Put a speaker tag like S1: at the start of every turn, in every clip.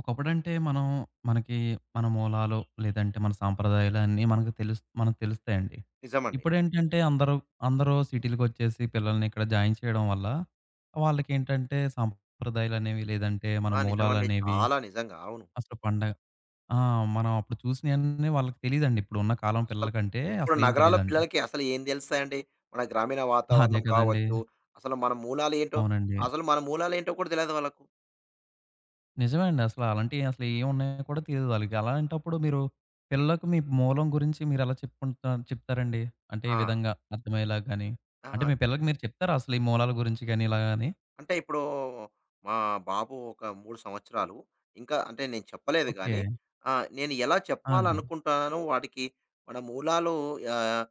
S1: ఒకప్పుడంటే మనం మనకి మన మూలాలు లేదంటే మన సాంప్రదాయాలు అన్నీ మనకు తెలుస్తాయండి.
S2: నిజమండి.
S1: ఇప్పుడేంటంటే అందరూ, అందరూ సిటీలకొచ్చేసి పిల్లల్ని ఇక్కడ జాయిన్ చేయడం వల్ల వాళ్ళకేంటంటే సాంప్రదాయాలనేవి లేదంటే మన
S2: నిజమండి.
S1: మూలాలనేవి
S2: చాలా నిజంగా. అవును.
S1: అసలు పండగ ఆ! మనం అప్పుడు చూసినయన్నీ వాళ్ళకి తెలీదండి. ఇప్పుడున్న కాలం
S2: అసలు
S1: పిల్లలకంటే
S2: ఇప్పుడు
S1: అసలేం
S2: నగరాల్లో
S1: తెలీదండి.
S2: పిల్లలకి అసలు ఏం తెలుస్తాయండి? మన గ్రామీణ
S1: అదే
S2: వాతావరణం
S1: కదండీ!
S2: కావచ్చు, అసలు మన మూలాలేంటో
S1: అవునండి.
S2: అసలు మన మూలాలేంటో కూడా తెలవదు వాళ్ళకు.
S1: నిజమే అండి. అసల అలాంటియి అసలు ఏమున్నాయో కూడా తెలీదు వాళ్ళకి. అలాంటప్పుడు మీరు పిల్లలకు మీ మూలం గురించి మీరెలా చెప్తారండి? అంటే ఏ
S2: ఆ!
S1: విధంగా అర్థమయ్యేలా గాని, అంటే
S2: ఆ!
S1: మీ పిల్లలకి మీరు చెప్తారా అసలు ఈ మూలాల గురించి గాని ఇలాగా అని?
S2: అంటే ఇప్పుడు మా బాబు ఒక 3 సంవత్సరాలు. ఇంకా అంటే నేను చెప్పలేదు
S1: ఓకే.
S2: గానీ, నేను ఎలా
S1: ఆ! అండి.
S2: చెప్పాలనుకుంటానో వాడికి మన మూలాలు ఆహ్,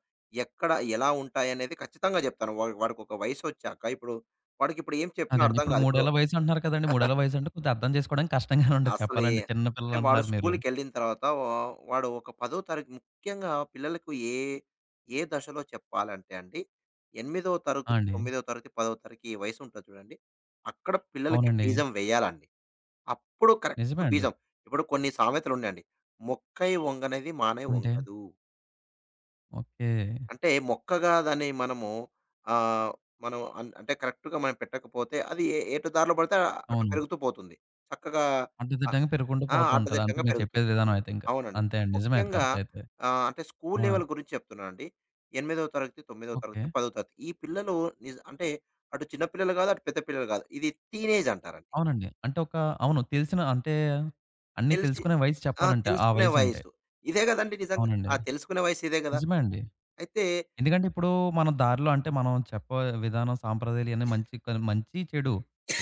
S2: ఎక్కడ, ఎలా ఉంటాయనేది ఖచ్చితంగా చెప్తాను. వాడికొక వయసొచ్చాక ఇప్పుడు వాడికిప్పుడు ఏం చెప్పినా
S1: అదండి.
S2: అర్థం
S1: ఇప్పుడు
S2: కాదు. ఇప్పుడు
S1: మూడేళ్ల వయసు అంటున్నారు కదండీ! మూడేళ్ల వయసు అంటే కొంచెం అర్థం చేసుకోవడానికి కష్టంగానే ఉంటది
S2: అసలే
S1: చెప్పాలంటే. చిన్న
S2: అంటే
S1: పిల్లలు
S2: వాడు
S1: అంటున్నారు మీరు.
S2: స్కూల్‌కెళ్ళిన తర్వాత వాడు ఒక 10వ తరగతి ముఖ్యంగా పిల్లలకు ఏ దశలో చెప్పాలంటే అండి, 8వ తరగతి,
S1: ఆ! అండి.
S2: 9వ తరగతి, 10వ తరగతి ఈ వయసు ఉంటది చూడండి. అక్కడ పిల్లలకి
S1: అవునండి.
S2: బీజం వేయాలండి. అప్పుడు
S1: నిజమే
S2: కరెక్ట్
S1: అండి.
S2: బీజం. ఇప్పుడు కొన్ని సామెతలున్నాయండి. "మొక్కై వంగనిది మానై
S1: అంటే
S2: వంగదు."
S1: ఓకే.
S2: అంటే మొక్కగా దాన్ని మనము ఆహ్, మనం అంటే కరెక్ట్‌గా మనం పెట్టకపోతే అది ఎటు దారిలో పడితే అటు
S1: అవును.
S2: పెరుగుతూ పోతుంది. చక్కగా. అ
S1: కట్టుదిట్టంగా పెరుగుకుంటూ
S2: ఆ!
S1: పోతూ ఉంటది. అంతే
S2: ఆటదిట్టంగా
S1: మీరు
S2: పెరుగుతుంది.
S1: చెప్పేది విధానం అయితే ఇంకా.
S2: అవునండి.
S1: అంతే అండి. నిజమే అది
S2: ముఖ్యంగా
S1: కరెక్ట్ అయితే.
S2: అంటే స్కూల్
S1: ఆ!
S2: లెవెల్ గురించి చెప్తున్నానండి. 8థో తరగతి, 9థో
S1: ఓకే.
S2: తరగతి, 10థో తరగతి. ఈ పిల్లలు అంటే అటు చిన్న పిల్లలు గాదు, అటు పెద్ద పిల్లలు గాదు. ఇది టీనేజ్ అంటారండి.
S1: అవునండి. అంటే ఒక అవును. తెలిసిన అంటే అన్నీ
S2: తెలిసి
S1: తెలుసుకునే వయసు
S2: ఆ!
S1: చెప్పాలంటే ఆ
S2: తెలుసుకునే
S1: వయసంటే.
S2: వయసు. ఇదే గదండీ నిజంగా.
S1: అవునండి.
S2: తెలుసుకునే వయసు ఇదే గదా!
S1: నిజమే అండి.
S2: అయితే
S1: ఎందుకంటే ఇప్పుడు మన దారిలో అంటే మనం చెప్పే విధానం సాంప్రదాయాలయన్నీ మంచి కానీ మంచి, చెడు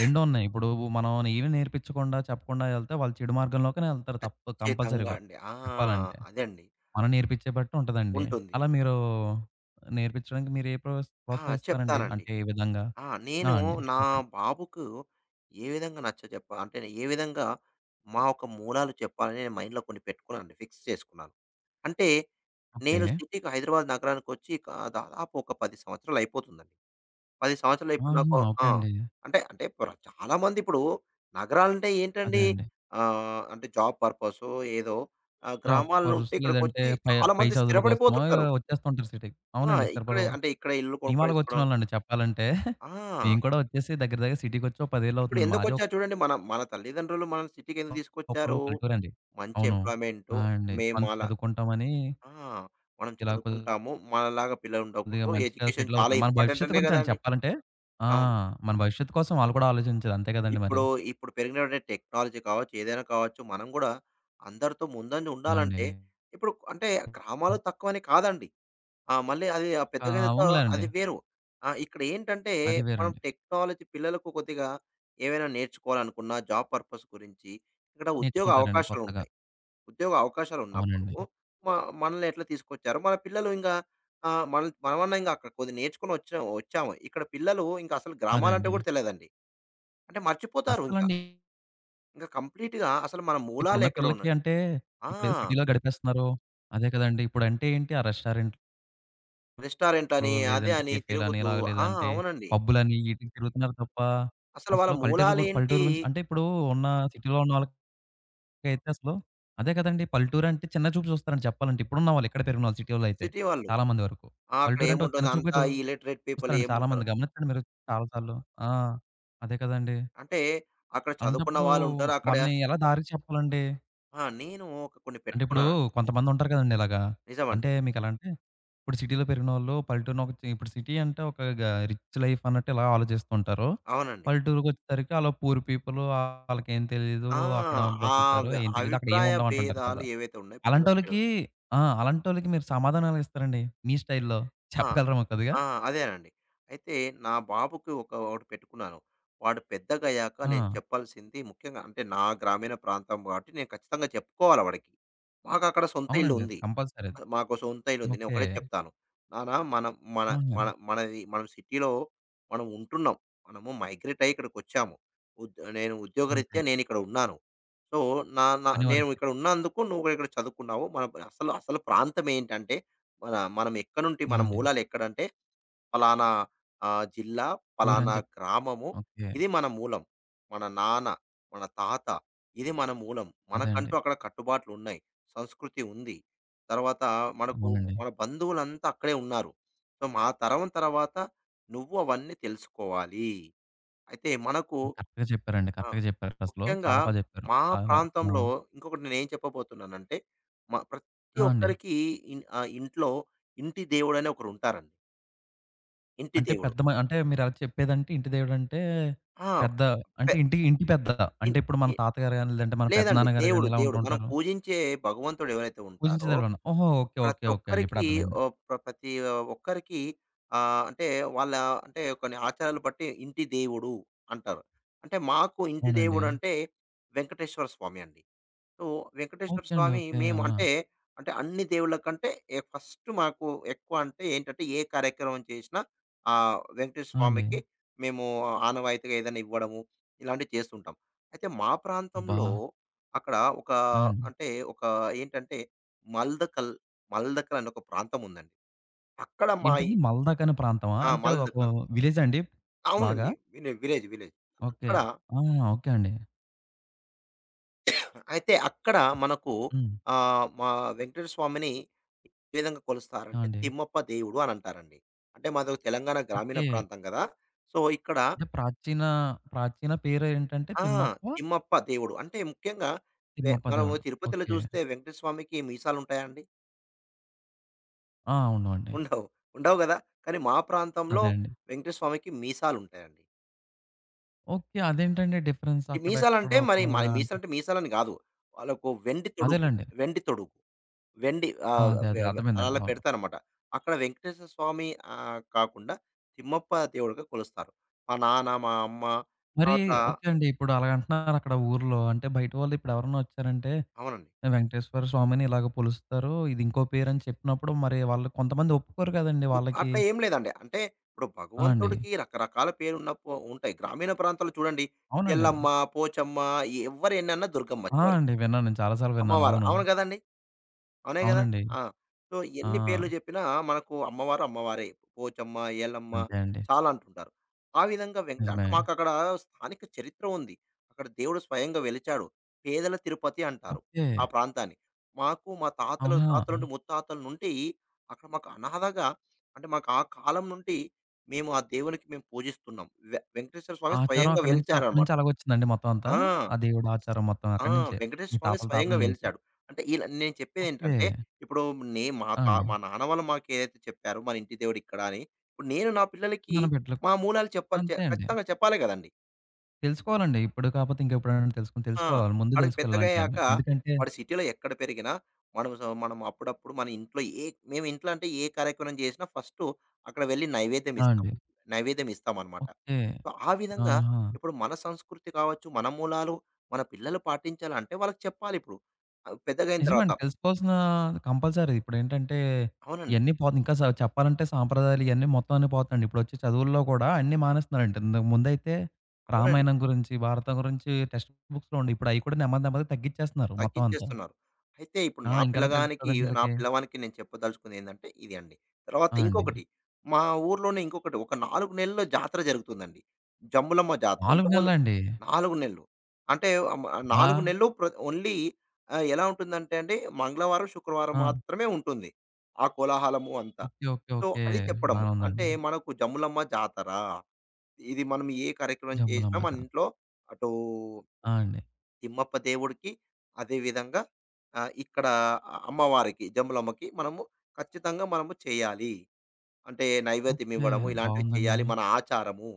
S1: 2 ఉన్నాయి. ఇప్పుడు మనం ఏమి నేర్పించకుండా చెప్పకుండా ఎళ్తే వాళ్ళు చెడు మార్గంలోకనే ఎళ్తారు తప్ప
S2: ఖచ్చితంగా
S1: కంపల్సరీగా
S2: అండి.
S1: చెప్పాలంటే.
S2: అదే అండి.
S1: మనం నేర్పించే బట్టి ఉంటదండి.
S2: ఉంటుంది.
S1: అలా మీరు నేర్పించడానికి మీరు ఏ ప్రోస్
S2: ఆ!
S1: ప్రోత్సహిస్తారండి?
S2: చెప్తానండి.
S1: అంటే ఏ విధంగా? ఆ!
S2: నేను
S1: అండి.
S2: నా
S1: చెప్పండి.
S2: బాబుకు ఏ విధంగా అంటే ఏ విధంగా మా యొక్క మూలాలు చెప్పాలని నేను మైండ్‌లో కొన్ని పెట్టుకున్నానండి. ఫిక్స్ చేసుకున్నాను. అంటే
S1: ఓకే.
S2: నేను సిటీకి హైదరాబాద్ నగరానికొచ్చి దాదాపు ఒక 10 సంవత్సరాలు అయిపోతుందండి. 10 సంవత్సరాలు ఇప్పుడు నాకు
S1: ఆహా! ఓకే
S2: ఆ!
S1: అండి.
S2: అంటే అంటే చాలా మంది ఇప్పుడు నగరాలంటే
S1: అదే
S2: ఏంటండి,
S1: అండి.
S2: అంటే జాబ్ పర్పసో ఏదో,
S1: జాబ్
S2: గ్రామాల
S1: పర్పస్
S2: నుండి
S1: లేదంటే
S2: ఇక్కడికొచ్చి
S1: పై
S2: చాలా
S1: పై
S2: మంది
S1: చదువుల కోసమో
S2: స్థిరపడిపోతుంటారు.
S1: వచ్చేస్తుంటారు సిటీకి.
S2: ఆ!
S1: అవునండి.
S2: ఇక్కడే
S1: స్థిరపడం
S2: అంటే ఇక్కడే ఇల్లు
S1: మేము
S2: కొనుక్కొనేసుకోవడం.
S1: అలాగొచ్చినోళ్ళండి చెప్పాలంటే.
S2: ఆ!
S1: మేము కూడా వచ్చేసి దగ్గర దగ్గర సిటీకొచ్చి ఓ 10 ఏళ్ళు
S2: ఇప్పుడు
S1: అవుతుందండి. మాది ఒక
S2: ఎందుకొచ్చారు చూడండి. మన మన తల్లిదండ్రులు మనల్ని సిటీకెందుకు
S1: ఒకప్పుడు
S2: తీసుకొచ్చారు?
S1: పల్లెటూరండి.
S2: మంచి
S1: అవును.
S2: ఎంప్లాయ్‌మెంటు.
S1: ఆ! అండి.
S2: మేము
S1: మనం
S2: అలా
S1: చదువుకుంటామని
S2: ఆ! మనం
S1: ఇలా కొద్దిగా
S2: చదువుకుంటాము. మనలాగా పిల్లలుండకూడదు.
S1: మంచిగా
S2: ఎడ్యుకేషన్
S1: సెటిల్
S2: చాలా
S1: అవుతున్నాం. మన
S2: ఇంపార్టెంట్
S1: భవిష్యత్తు
S2: అనే
S1: గురించండి
S2: గదండీ!
S1: చెప్పాలంటే. ఆ!
S2: అవును.
S1: మన భవిష్యత్తు కోసం వాళ్ళు కూడా ఆలోచించాలి. అంతే కదండీ మరి.
S2: ఇప్పుడు ఇప్పుడు పెరిగినటువంటి టెక్నాలజీ కావచ్చు, ఏదైనా కావచ్చు, మనం గూడా అందరితో ముందంజ
S1: ఆ! అండి.
S2: ఉండాలంటే ఇప్పుడు అంటే గ్రామాలు తక్కువని కాదండి. మళ్ళీ అది ఆ
S1: ఆ!
S2: పెద్దగయ్యేతో
S1: అవునులేండి.
S2: అది వేరు. ఇక్కడేంటంటే,
S1: అది
S2: మనం
S1: వేరండి.
S2: టెక్నాలజీ పిల్లలకు కొద్దిగా ఏవైనా నేర్చుకోవాలనుకున్నా, జాబ్ పర్పస్ గురించి, ఇక్కడ ఉద్యోగ
S1: నేర్చుకుంటారండి కొత్తగా.
S2: అవకాశాలుంటాయి. ఉద్యోగ అవకాశాలున్నప్పుడు
S1: అవునండి.
S2: మ మనల్ని ఎట్లా తీసుకొచ్చారో, మన పిల్లలు ఇంగా, ఆహ్, మనల్ మనమన్నా ఇంగ అక్కడ కొద్దిగా వచ్చాము. ఇక్కడ పిల్లలు ఇంక అసలు
S1: అదే
S2: గ్రామాలంటే
S1: అండి.
S2: గూడా తెలవదండి. అంటే మర్చిపోతారు ఇంక.
S1: అస్సలండి
S2: ఇంక కంప్లీట్‌గా అసలు మన
S1: ఇప్పుడున్న పిల్లలకి
S2: మూలాలెక్కడున్నాయి.
S1: అంటే,
S2: ఆ!
S1: ఇప్పుడు సిటీలో గడిపేస్తున్నారు. అదే కదండీ! ఇప్పుడంటే ఏంటి ఆ రెస్టారెంట్‌లో
S2: రెస్టారెంట్లని, అది
S1: లేదంటే
S2: అని
S1: కేఫేలని,
S2: తిరుగుతూ,
S1: ఇలాగ
S2: ఆ!
S1: లేదంటే
S2: అవునండి.
S1: పబ్బులని ఈటికి తిరుగుతున్నారు తప్ప,
S2: అసలు వాళ్ళ
S1: అసలు పల్లెటూరు గు
S2: మూలాలేంటి?
S1: పల్లెటూరు గురించి అంటే ఇప్పుడు ఉన్న సిటీలో ఉన్న వాళ్ళకైతే అసలు అదే కదండీ! పల్లెటూరు అంటే చిన్న చూపు చూస్తారండి చెప్పాలంటే. ఇప్పుడున్న వాళ్ళు ఇక్కడ పెరిగిన వాళ్ళు సిటీలో అయితే
S2: సిటీ వాళ్ళు.
S1: చాలా మంది వరకు.
S2: అక్కడ
S1: పల్లెటూరు అంటే ఒక చిన్న
S2: ఏముంటుంది
S1: చూపుగా
S2: అంతా, ఈ ఇల్లిటరేట్ పీపుల్
S1: చూస్తారండి చాలా మంది.
S2: ఏముంటారు.
S1: గమనించండి మీరు చాలా సార్లు. ఆ! అదే కదండీ!
S2: అంటే అక్కడ చదువుకున్న
S1: అలాంటప్పుడు
S2: వాళ్ళుంటారు. అక్కడ.
S1: వాళ్ళని ఎలా దారి చెప్పాలండి?
S2: నేను ఒక కొన్ని
S1: అంటే ఇప్పుడు
S2: పెట్టుకున్నానండి.
S1: కొంతమందుంటారు కదండీ ఇలాగా.
S2: నిజమండి.
S1: అంటే మీకెలా అంటే, ఇప్పుడు సిటీలో పెరిగినోళ్ళు పల్లెటూరున ఒక ఇప్పుడు సిటీ అంటే ఒక గ రిచ్ లైఫ్ అన్నట్టు ఇలా ఆలోచిస్తుంటారు.
S2: అవునండి.
S1: పల్లెటూరుకొచ్చేసరికి ఆళ్ళ పూర్ పీపుల్ ఆళ్ళకేం తెలీదు.
S2: ఆ!
S1: అక్కడే ఉండి
S2: ఆ
S1: బతుకుతారు.
S2: వ్
S1: ఏం తెలీదు. అక్కడ ఏం
S2: అభిప్రాయ
S1: ఉండవు అంటుంటారు
S2: భేదాలు
S1: కదా!
S2: ఏవైతే ఉన్నాయో పిల్లొచ్చాడు.
S1: అలాంటోళ్ళకి ఆ! అలాంటోళ్ళకి మీరు సమాధానాలు ఇస్తారండి మీ స్టైల్‌లో?
S2: ఆ!
S1: చెప్పగలరా మాకు కొద్దిగా?
S2: ఆ! అదేనండి. అయితే నా బాబుకి ఒక ఒకటి పెట్టుకున్నాను. వాడు పెద్దగయ్యాక నేను
S1: ఆ!
S2: చెప్పాల్సింది ముఖ్యంగా అంటే నా గ్రామీణ ప్రాంతం కాబట్టి నేను ఖచ్చితంగా చెప్పుకోవాలి వాడికి. మాకక్కడ సొంత ఇల్లు
S1: అవునండి. అది
S2: ఉంది.
S1: కంపల్సరీ అది.
S2: మాకో సొంత ఇల్లుంది. నేను
S1: ఓకే.
S2: ఒకటే చెప్తాను. నాన్న మనం మన
S1: ఆహా!
S2: మన మనం సిటీలో మనం ఉంటున్నాం. మనము మైగ్రేట్ అయ్యి ఇక్కడికొచ్చాము. ఉద్యోగరీత్యా
S1: అంతే.
S2: నేనిక్కడ ఉన్నాను. సో, నా నా
S1: పని
S2: నేను
S1: వరకే.
S2: ఇక్కడ ఉన్నందుకు నువ్వు కూడా ఇక్కడ చదువుకున్నావు. మన అసలు అసలు ప్రాంతమేంటంటే, మనం ఎక్కడి నుండి,
S1: ఆ!
S2: మన
S1: అండి.
S2: మూలాలెక్కడంటే పలానా జిల్లా, పలానా
S1: ఊరని చెప్
S2: గ్రామము.
S1: ఓకే.
S2: ఇది మన మూలం. మన నాన్న, మన తాత. ఇది మన మూలం.
S1: అదే అండి.
S2: మనకంటూ అక్కడ కట్టుబాట్లున్నాయి. సంస్కృతి ఉంది. తర్వాత మనకు
S1: అవునండి.
S2: మన బంధువులంతా అక్కడే ఉన్నారు. సో, మా తరం తర్వాత నువ్వు అవన్నీ తెలుసుకోవాలి. అయితే మనకు,
S1: కరెక్ట్‌గా చెప్పారండి.
S2: ఆ!
S1: కరెక్ట్‌గా చెప్పారు అసలు.
S2: ముఖ్యంగా
S1: చాలా బా చెప్పారు.
S2: మా
S1: అలా ఆ!
S2: ప్రాంతంలో ఇంకొకటి నేనేం చెప్పబోతున్నానంటే, ప్రతి
S1: ఆ! అండి.
S2: ఒక్కరికి ఇంట్లో ఇంటి దేవుడని ఒకరుంటారండి. ఇంటి
S1: అంటే
S2: దేవుడు.
S1: పెద్ద మ అంటే మీరలా చెప్పేదంటే ఇంటి దేవుడంటే
S2: ఆ!
S1: పెద్ద
S2: పె
S1: అంటే ఇంటి ఇంటి పెద్ద.
S2: ఇన్
S1: అంటే ఇప్పుడు మన
S2: ఇ
S1: తాతగారు గాని, లేదంటే మన
S2: లేదండి.
S1: పెద్దనాన్నగారు
S2: దేవుడు,
S1: గాని ఇలా
S2: దేవుడు. మనం
S1: ఉంటుంటారు.
S2: పూజించే భగవంతుడు ఎవరైతే
S1: పూజించే
S2: ఉంటారో,
S1: దేవుడని. ఓహో! ఓకే.
S2: ప్రతి
S1: ఓకే. ఓకే అండి. ఇప్పుడు
S2: ఒక్కరికి
S1: అర్థమైంది.
S2: ప్రతి ఒక్కరికి ఆహ్, అంటే వాళ్ళ అంటే కొన్ని ఆచారాలు బట్టి ఇంటి దేవుడు అంటారు. అంటే మాకు ఇంటి
S1: అవునండి.
S2: దేవుడంటే వెంకటేశ్వర స్వామి అండి. సో, వెంకటేశ్వర
S1: ఓకే అండి.
S2: స్వామి
S1: ఓకే.
S2: మేము
S1: అవునా!
S2: అంటే, అంటే అన్ని దేవుళ్ళ కంటే ఫస్ట్ మాకు ఎక్కువ. అంటే ఏంటంటే, ఏ కార్యక్రమం చేసినా వెంకటేశ్వర
S1: ఆ! అండి.
S2: స్వామికి మేము ఆనవాయితీగా ఏదైనా ఇవ్వడము, ఇలాంటివి చేస్తుంటాం. అయితే మా
S1: అబ్బా!
S2: ప్రాంతంలో అక్కడ ఒక,
S1: ఆ! అండి.
S2: అంటే ఒక, ఏంటంటే, మల్దకల్, మల్దకల్ అని ఒక ప్రాంతం ఉందండి. అక్కడ మా ఇ
S1: ఏంటండి మల్దాక్ అనే ప్రాంతమా?
S2: ఆ!
S1: అంటే అదొక
S2: మల్దకల్.
S1: విలేజా అండి? బాగా?
S2: అవునండి. Village, village.
S1: ఓకే.
S2: అక్కడ
S1: ఆ! ఓకే అండి.
S2: అయితే అక్కడ మనకు,
S1: హ్మ్.
S2: మా వెంకటేశ్వర స్వామిని ఏ విధంగా
S1: ఆ!
S2: కొలుస్తారంటే,
S1: అండి.
S2: తిమ్మప్ప దేవుడు అని అంటారండి. అంటే మాది ఒక తెలంగాణ గ్రామీణ
S1: ఓకే.
S2: ప్రాంతం కదా! సో, ఇక్కడ
S1: అంటే ప్రాచీన, ప్రాచీన పేరేంటంటే
S2: ఆ!
S1: తిమ్మప్ప,
S2: తిమ్మప్ప దేవుడు. అంటే ముఖ్యంగా,
S1: తిమ్మప్ప
S2: మనము
S1: దేవుడు.
S2: తిరుపతిలో
S1: ఓకే.
S2: చూస్తే వెంకటేశ్వర స్వామికి మీసాలుంటాయా అండి?
S1: ఆ! అవును అండి.
S2: ఉండవు. ఉండవు కదా! కానీ మా ప్రాంతంలో
S1: అదే అండి.
S2: వెంకటేశ్వర స్వామికి మీసాలుంటాయండి.
S1: ఓకే. అదేంటండి డిఫరెన్స్
S2: ఈ మీసాలంటే
S1: అక్కడెక్కడో
S2: మరి
S1: ఒకలాగా అంటే
S2: మీసాలంటే మీసాలని కాదు. వాళ్ళకు వెండి తొడుగు.
S1: అదేలెండి.
S2: వెండి తొడుగు. వెండి,
S1: ఆ!
S2: ఆహ్,
S1: అదే,
S2: వె
S1: అదే.
S2: వె
S1: అర్థమైందండి.
S2: అలా
S1: అవును.
S2: పెడతారన్నమాట. అక్కడ వెంకటేశ్వర స్వామి, కాకుండా తిమ్మప్ప దేవుడిగా కొలుస్తారు. మా నాన్న, మా అమ్మ
S1: మరి
S2: తర్వాత.
S1: ఓకే అండి. ఇప్పుడు అలాగంటున్నారు అక్కడ ఊర్లో. అంటే బయట వాళ్ళు ఇప్పుడెవరన్నా వచ్చారంటే
S2: అవునండి.
S1: వెంకటేశ్వర స్వామిని ఇలాగ కొలుస్తారు. ఇది ఇంకో పేరని చెప్పినప్పుడు మరి వాళ్ళు కొంతమంది ఒప్పుకోరు కదండీ
S2: బుక్
S1: వాళ్ళకి.
S2: అట్లా ఏం లేదండి. అంటే ఇప్పుడు
S1: ఆ! అండి.
S2: భగవంతుడికి రకరకాల పేరున్నప్పు ఉంటాయి. గ్రామీణ ప్రాంతాల్లో చూడండి.
S1: అవునండి.
S2: ఎల్లమ్మ, పోచమ్మ, ఎవ్వరు ఎన్నన్నా దుర్గమ్మ
S1: ఆ!
S2: చివరికి.
S1: అండి. విన్నాను. నేను చాలా సార్లు విన్నాను.
S2: అమ్మవారు.
S1: అవును.
S2: అవును గదండీ! అవునే గదా!
S1: అవునండి.
S2: ఆ! సో,
S1: ఆ!
S2: ఎన్ని పేర్లు జెప్పినా మనకు అమ్మవారు అమ్మవారే. పోచమ్మ, ఏలమ్మ
S1: అంతే అండి.
S2: చాలా అంటుంటారు. ఆ విధంగా, అంటే
S1: నిజమే.
S2: మాకక్కడ స్థానిక చరిత్ర ఉంది. అక్కడ దేవుడు స్వయంగా వెలిచాడు. పేదల తిరుపతి అంటారు
S1: ఓకే.
S2: ఆ ప్రాంతాన్ని. మాకు మా తాతలు
S1: అవునా!
S2: తాతల నుండి ముత్తాతల నుండి అక్కడ మాకు అనాథగా, అంటే మాకు ఆ కాలం నుండి మేము ఆ దేవునికి మేము పూజిస్తున్నాం. వెంకటేశ్వర స్వామి
S1: ఆచారం
S2: స్వయంగా
S1: అక్కడి నుంచి అప్పటి
S2: వెలిచారనమాట.
S1: నుంచి అలాగొచ్చిందండి మొత్తం అంతా?
S2: ఆ!
S1: ఆ దేవుడి ఆచారం మొత్తం
S2: ఆ!
S1: అక్కడి నుంచే.
S2: వెంకటేశ్వర
S1: మీ
S2: స్వామి
S1: తాతల తాతల
S2: స్వయంగా
S1: నుంచి.
S2: వెలిసాడు. అంటే ఇలా నేను
S1: ఓకే.
S2: చెప్పేదేంటంటే, ఇప్పుడు నే మా
S1: ఆ!
S2: తా
S1: అండి.
S2: మా నాన్న వాళ్ళు మాకేదైతే చెప్పారో మన ఇంటి దేవుడిక్కడ అని, ఇప్పుడు నేను నా పిల్లలకి
S1: మన బిడ్డలకు
S2: మా మూలాలు చెప్పాలి
S1: అంతే అండి.
S2: ఖచ్చితంగా చెప్పాలి గదండీ!
S1: తెలుసుకోవాలండి. ఇప్పుడు కాకపోతే ఇంకెప్పుడైనా తెలుసుకొని
S2: ఆ!
S1: తెలుసుకోవాలి. ముందు
S2: వాడికి
S1: తెలుసుకోవాలి
S2: పెద్దగయ్యాక
S1: ఇలాంటియన్నీ. ఎందుకంటే
S2: వాడు సిటీలో ఎక్కడ పెరిగినా, మనం అప్పుడప్పుడు మన ఇంట్లో మేము ఇంట్లో అంటే ఏ కార్యక్రమం చేసినా ఫస్టు అక్కడ వెళ్లి నైవేద్యం
S1: ఆ!
S2: ఇస్తాం.
S1: అండి.
S2: నైవేద్యం ఇస్తామనమాట.
S1: ఓకే.
S2: సో, ఆ విధంగా
S1: ఆహా!
S2: ఇప్పుడు మన సంస్కృతి కావచ్చు, మన మూలాలు మన పిల్లలు పాటించాలంటే వాళ్ళకి చెప్పాలిప్పుడు. పెద్దగయిన తర్వాత.
S1: నిజమండి. తెలుసుకోవాల్సిన కంపల్సరీ. ఇప్పుడేంటంటే,
S2: అవునండి.
S1: ఇయన్నీ పోతున్నాయి. ఇంకా చెప్పాలంటే సాంప్రదాయాలు ఇయన్నీ మొత్తం అన్నీ పోతున్నాయండి. ఇప్పుడొచ్చే చదువుల్లో కూడా అన్నీ మానేస్తున్నారండి. ఇంతకు ముందైతే
S2: అవునండి.
S1: రామాయణం గురించి, భారతం గురించి టెక్స్ట్ బుక్స్‌లో ఉండే. ఇప్పుడు అయి కూడా నెమ్మది నెమ్మదిగా తగ్గిచ్చేస్తున్నారు మొత్తం అంతా.
S2: తగ్గించేస్తున్నారు. అయితే ఇప్పుడు
S1: ఆ!
S2: నా
S1: ఇంకెలా
S2: పిల్లగానికి,
S1: తెలుస్తదండి
S2: నా
S1: ఈళ్ళకి?
S2: పిల్లవానికి నేను చెప్పదలుచుకుంది ఏందంటే ఇది అండి. తర్వాత
S1: ఆ! అండి.
S2: ఇంకొకటి, మా ఊర్లోనే ఇంకొకటి ఒక 4 నెలల్లో జాతర జరుగుతుందండి. జమ్ములమ్మ జాతర.
S1: 4
S2: ఇంతకుముందు
S1: నెలలండి?
S2: 4 నెలలు. అంటే
S1: అబ్బా!
S2: 4 నెలలు ఓన్లీ, ఎలా ఉంటుందంటే అండి, మంగళవారం, శుక్రవారం
S1: ఆ!
S2: మాత్రమే ఉంటుంది. ఆ కోలాహలము అంతా.
S1: ఓకే. ఓకే.
S2: So,
S1: okay.
S2: అది చెప్పడము.
S1: బానే
S2: అంటే
S1: ఉందండి.
S2: మనకు జమ్ములమ్మ జాతర. ఇది మనం ఏ కార్యక్రమం చేసినా
S1: జంబులమ్మ
S2: మన
S1: జాతర.
S2: ఇంట్లో అటూ
S1: ఆ! అండి.
S2: తిమ్మప్ప దేవుడికి, అదేవిధంగా, ఇక్కడ అమ్మవారికి, జంబులమ్మకి మనము ఖచ్చితంగా మనము చేయాలి. అంటే నైవేద్యం
S1: ఓకే.
S2: ఇవ్వడము, ఇలాంటివి
S1: బావుందండి.
S2: చేయాలి మన ఆచారము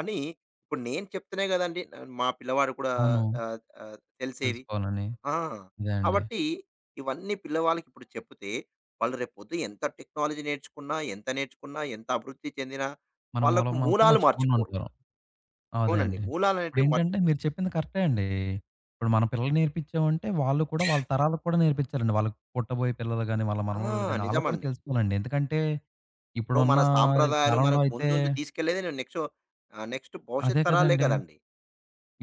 S2: అని. ఇప్పుడు నేను చెప్తేనే కదండీ, మా పిల్లవాడు కూడా,
S1: అవును.
S2: ఆహ్, ఆహ్, తెలిసేది.
S1: తెలుసుకోవాలని.
S2: ఆ!
S1: అదే అండి.
S2: కాబట్టి ఇవన్నీ పిల్లవాళ్ళకి ఇప్పుడు చెప్తే, వాళ్ళు రేపొద్దున ఎంత టెక్నాలజీ నేర్చుకున్నా, ఎంత నేర్చుకున్నా, ఎంత అభివృద్ధి చెందినా,
S1: మన
S2: వాళ్ళకు
S1: మూలం మాత్రం
S2: మూలాలు
S1: మర్చిపోకుండా
S2: మర్చిపోరు.
S1: ఉంటారు. అదే
S2: అవునండి.
S1: అండి.
S2: మూలాలు అనేటివి
S1: ఇప్పుడేంటంటే
S2: మర్చిపోరు.
S1: మీరు చెప్పింది కరెక్టే అండి. ఇప్పుడు మన పిల్లలు నేర్పించామంటే వాళ్ళు కూడా వాళ్ళ తరాలకు కూడా నేర్పించాలండి. వాళ్ళకి పుట్టబోయే పిల్లలు గాని, వాళ్ళ
S2: ఆ!
S1: మనవళ్ళు గాని ఆళ్ళు కూడా
S2: నిజమండి.
S1: తెలుసుకోవాలండి. ఎందుకంటే
S2: ఇప్పుడు
S1: ఇప్పుడున్న
S2: మన సాంప్రదాయాలు
S1: కాలంలో
S2: మనకు
S1: అయితే
S2: ముందుండి తీసుకెళ్ళేది నెక్స్ట్, నెక్స్ట్
S1: అదే
S2: భవిష్యత్ తరాలే
S1: కదండీ.
S2: కదండీ!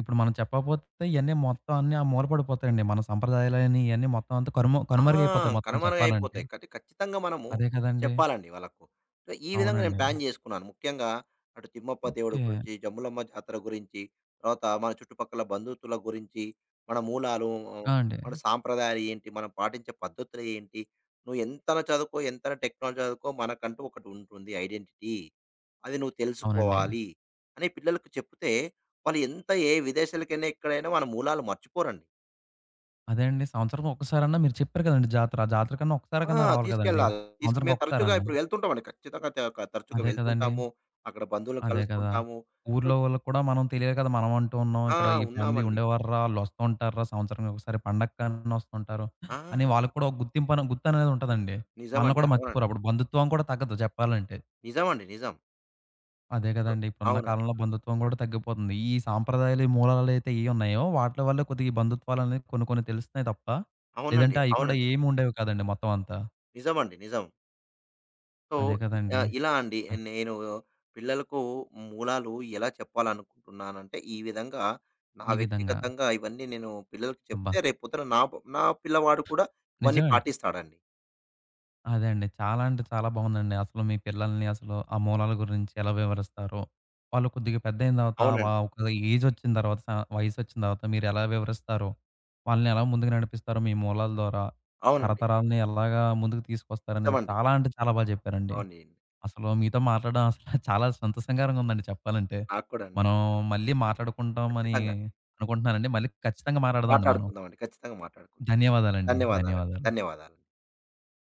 S1: ఇప్పుడు మనం చెప్పకపోతే ఇయన్నీ మొత్తం అన్నీ ఆ మూల పడిపోతాయండి. మన సంప్రదాయాలని ఇయన్నీ మొత్తం అంతా కనుమ
S2: ఆ!
S1: కనుమరుగైపోతాయి మొత్తం చెప్పాలంటే.
S2: కనుమరుగైపోతాయి. ఖచ్చితంగా మనము
S1: అదే కదండీ.
S2: చెప్పాలండి వాళ్ళకు. సో, ఈ విధంగా నేను
S1: అవునండి.
S2: ప్లాన్ జేసుకున్నాను. ముఖ్యంగా అటు తిమ్మప్ప దేవుడి
S1: ఓకే.
S2: గురించి, జమ్ములమ్మ జాతర గురించి, తర్వాత మన చుట్టుపక్కల బంధుతుల గురించి, మన మూలాలు,
S1: ఆ! అండి.
S2: మన సాంప్రదాయాలు ఏంటి, మనం పాటించే పద్ధతులు ఏంటి, నువ్వు ఎంతన చదువుకో, ఎంతన టెక్నాలజీ చదువుకో, మనకంటూ ఒకటి ఉంటుంది ఐడెంటిటీ. అది నువ్వు
S1: అవునండి.
S2: తెలుసుకోవాలి అని పిల్లలకు చెప్తే, వాళ్ళు ఎంత ఏ విదేశాలకైనా, ఎక్కడైనా మన మూలాలు మర్చిపోరండి.
S1: అదే అండి. సంవత్సరానికి ఒక్కసారన్నా మీరు చెప్పారు కదండీ జాతర. ఆ జాతర కన్నా
S2: ఆ!
S1: ఒక్కసారికన్నా రావాలి కదండీ!
S2: తీసుకెళ్ళాలి.
S1: సంవత్సరానికి
S2: మేము తరచుగా
S1: ఒక్కసారన్నా.
S2: ఇప్పుడు వెళ్తుంటామండి. ఖచ్చితంగా త క తరచుగా
S1: అదే కదండీ!
S2: వెళ్తుంటాము. అక్కడ బంధువులను
S1: అదే కదా!
S2: కలుస్తుంటాము. సో
S1: ఊర్లో వాళ్ళకి కూడా మనం తెలియాలి కదా! మనం అంటూ ఉన్నాం.
S2: ఆ!
S1: ఇక్కడ ఈ ఫ్యామిలీ
S2: ఉన్నామండి.
S1: ఉండేవార్రా, ఆళ్ళొస్తూ ఉంటార్రా, సంవత్సరానికి ఒకసారి పండక్కని వస్తుంటారు.
S2: ఆ!
S1: అని వాళ్ళకి కూడా ఒక గుర్తనేది ఉంటదండి. మనల్ని
S2: నిజమండి.
S1: కూడా
S2: అవునండి.
S1: మర్చిపోరు. అప్పుడు బంధుత్వం కూడా తగ్గదు చెప్పాలంటే.
S2: నిజమండి. నిజం.
S1: అదే
S2: సో
S1: కదండీ! ఇప్పుడున్న
S2: అవునండి.
S1: కాలంలో బంధుత్వం కూడా తగ్గిపోతుంది. ఈ సాంప్రదాయాలు, ఈ మూలాలైతే ఏయి ఉన్నాయో వాటిల వల్ల కొద్దిగా ఈ బంధుత్వాలనేవి కొన్ని కొన్ని తెలుస్తున్నాయి తప్ప,
S2: అవునండి.
S1: లేదంటే అయి
S2: అవునండి.
S1: కూడా ఏమి ఉండేవి కాదండి మొత్తం అంతా.
S2: నిజమండి. నిజం. సో
S1: అదే కదండీ!
S2: ఆహ్, ఇలా అండి
S1: ఆ!
S2: నేను పిల్లలకు మూలాలు ఎలా చెప్పాలనుకుంటున్నానంటే, ఈ విధంగా నా
S1: ఈ విధంగా.
S2: వ్యక్తిగతంగా ఇవన్నీ నేను పిల్లలకి
S1: అబ్బా!
S2: చెప్తే రేపు పొద్దున నా నా పిల్లవాడు కూడా ఇవన్నీ
S1: నిజమండి.
S2: పాటిస్తాడండి.
S1: అదే అండి. చాలా అంటే చాలా బావుందండి. అసలు మీ పిల్లల్ని అసలు ఆ మూలాల గురించి ఎలా వివరిస్తారో, వాళ్ళు కొద్దిగా పెద్దయిన తర్వాత వా
S2: అవునండి.
S1: ఒక ఏజొచ్చిన తర్వాత స వయసొచ్చిన తర్వాత మీరెలా వివరిస్తారో, వాళ్ళని ఎలా ముందుకు నడిపిస్తారో మీ మూలాల ద్వారా,
S2: అవునండి.
S1: తరతరాలని ఎలాగా ముందుకు తీసుకొస్తారనేది
S2: నిజమండి.
S1: చాలా అంటే చాలా బా చెప్పారండి.
S2: అవునండి.
S1: అసలు మీతో మాట్లాడడం అసలు చాలా సంతోషంకరంగా ఉందండి చెప్పాలంటే.
S2: నాకు కూడా అండి.
S1: మనం మళ్ళీ మాట్లాడుకుంటామని
S2: ఖచ్చితంగా.
S1: అనుకుంటున్నానండి. మళ్ళీ ఖచ్చితంగా మాట్లాడదామండి మనం.
S2: మాట్లాడుకుందామండి. ఖచ్చితంగా మాట్లాడుకుందాం.
S1: ధన్యవాదాలండి.
S2: ధన్యవాదాలండి.
S1: ధన్యవాదాలు.
S2: ధన్యవాదాలు.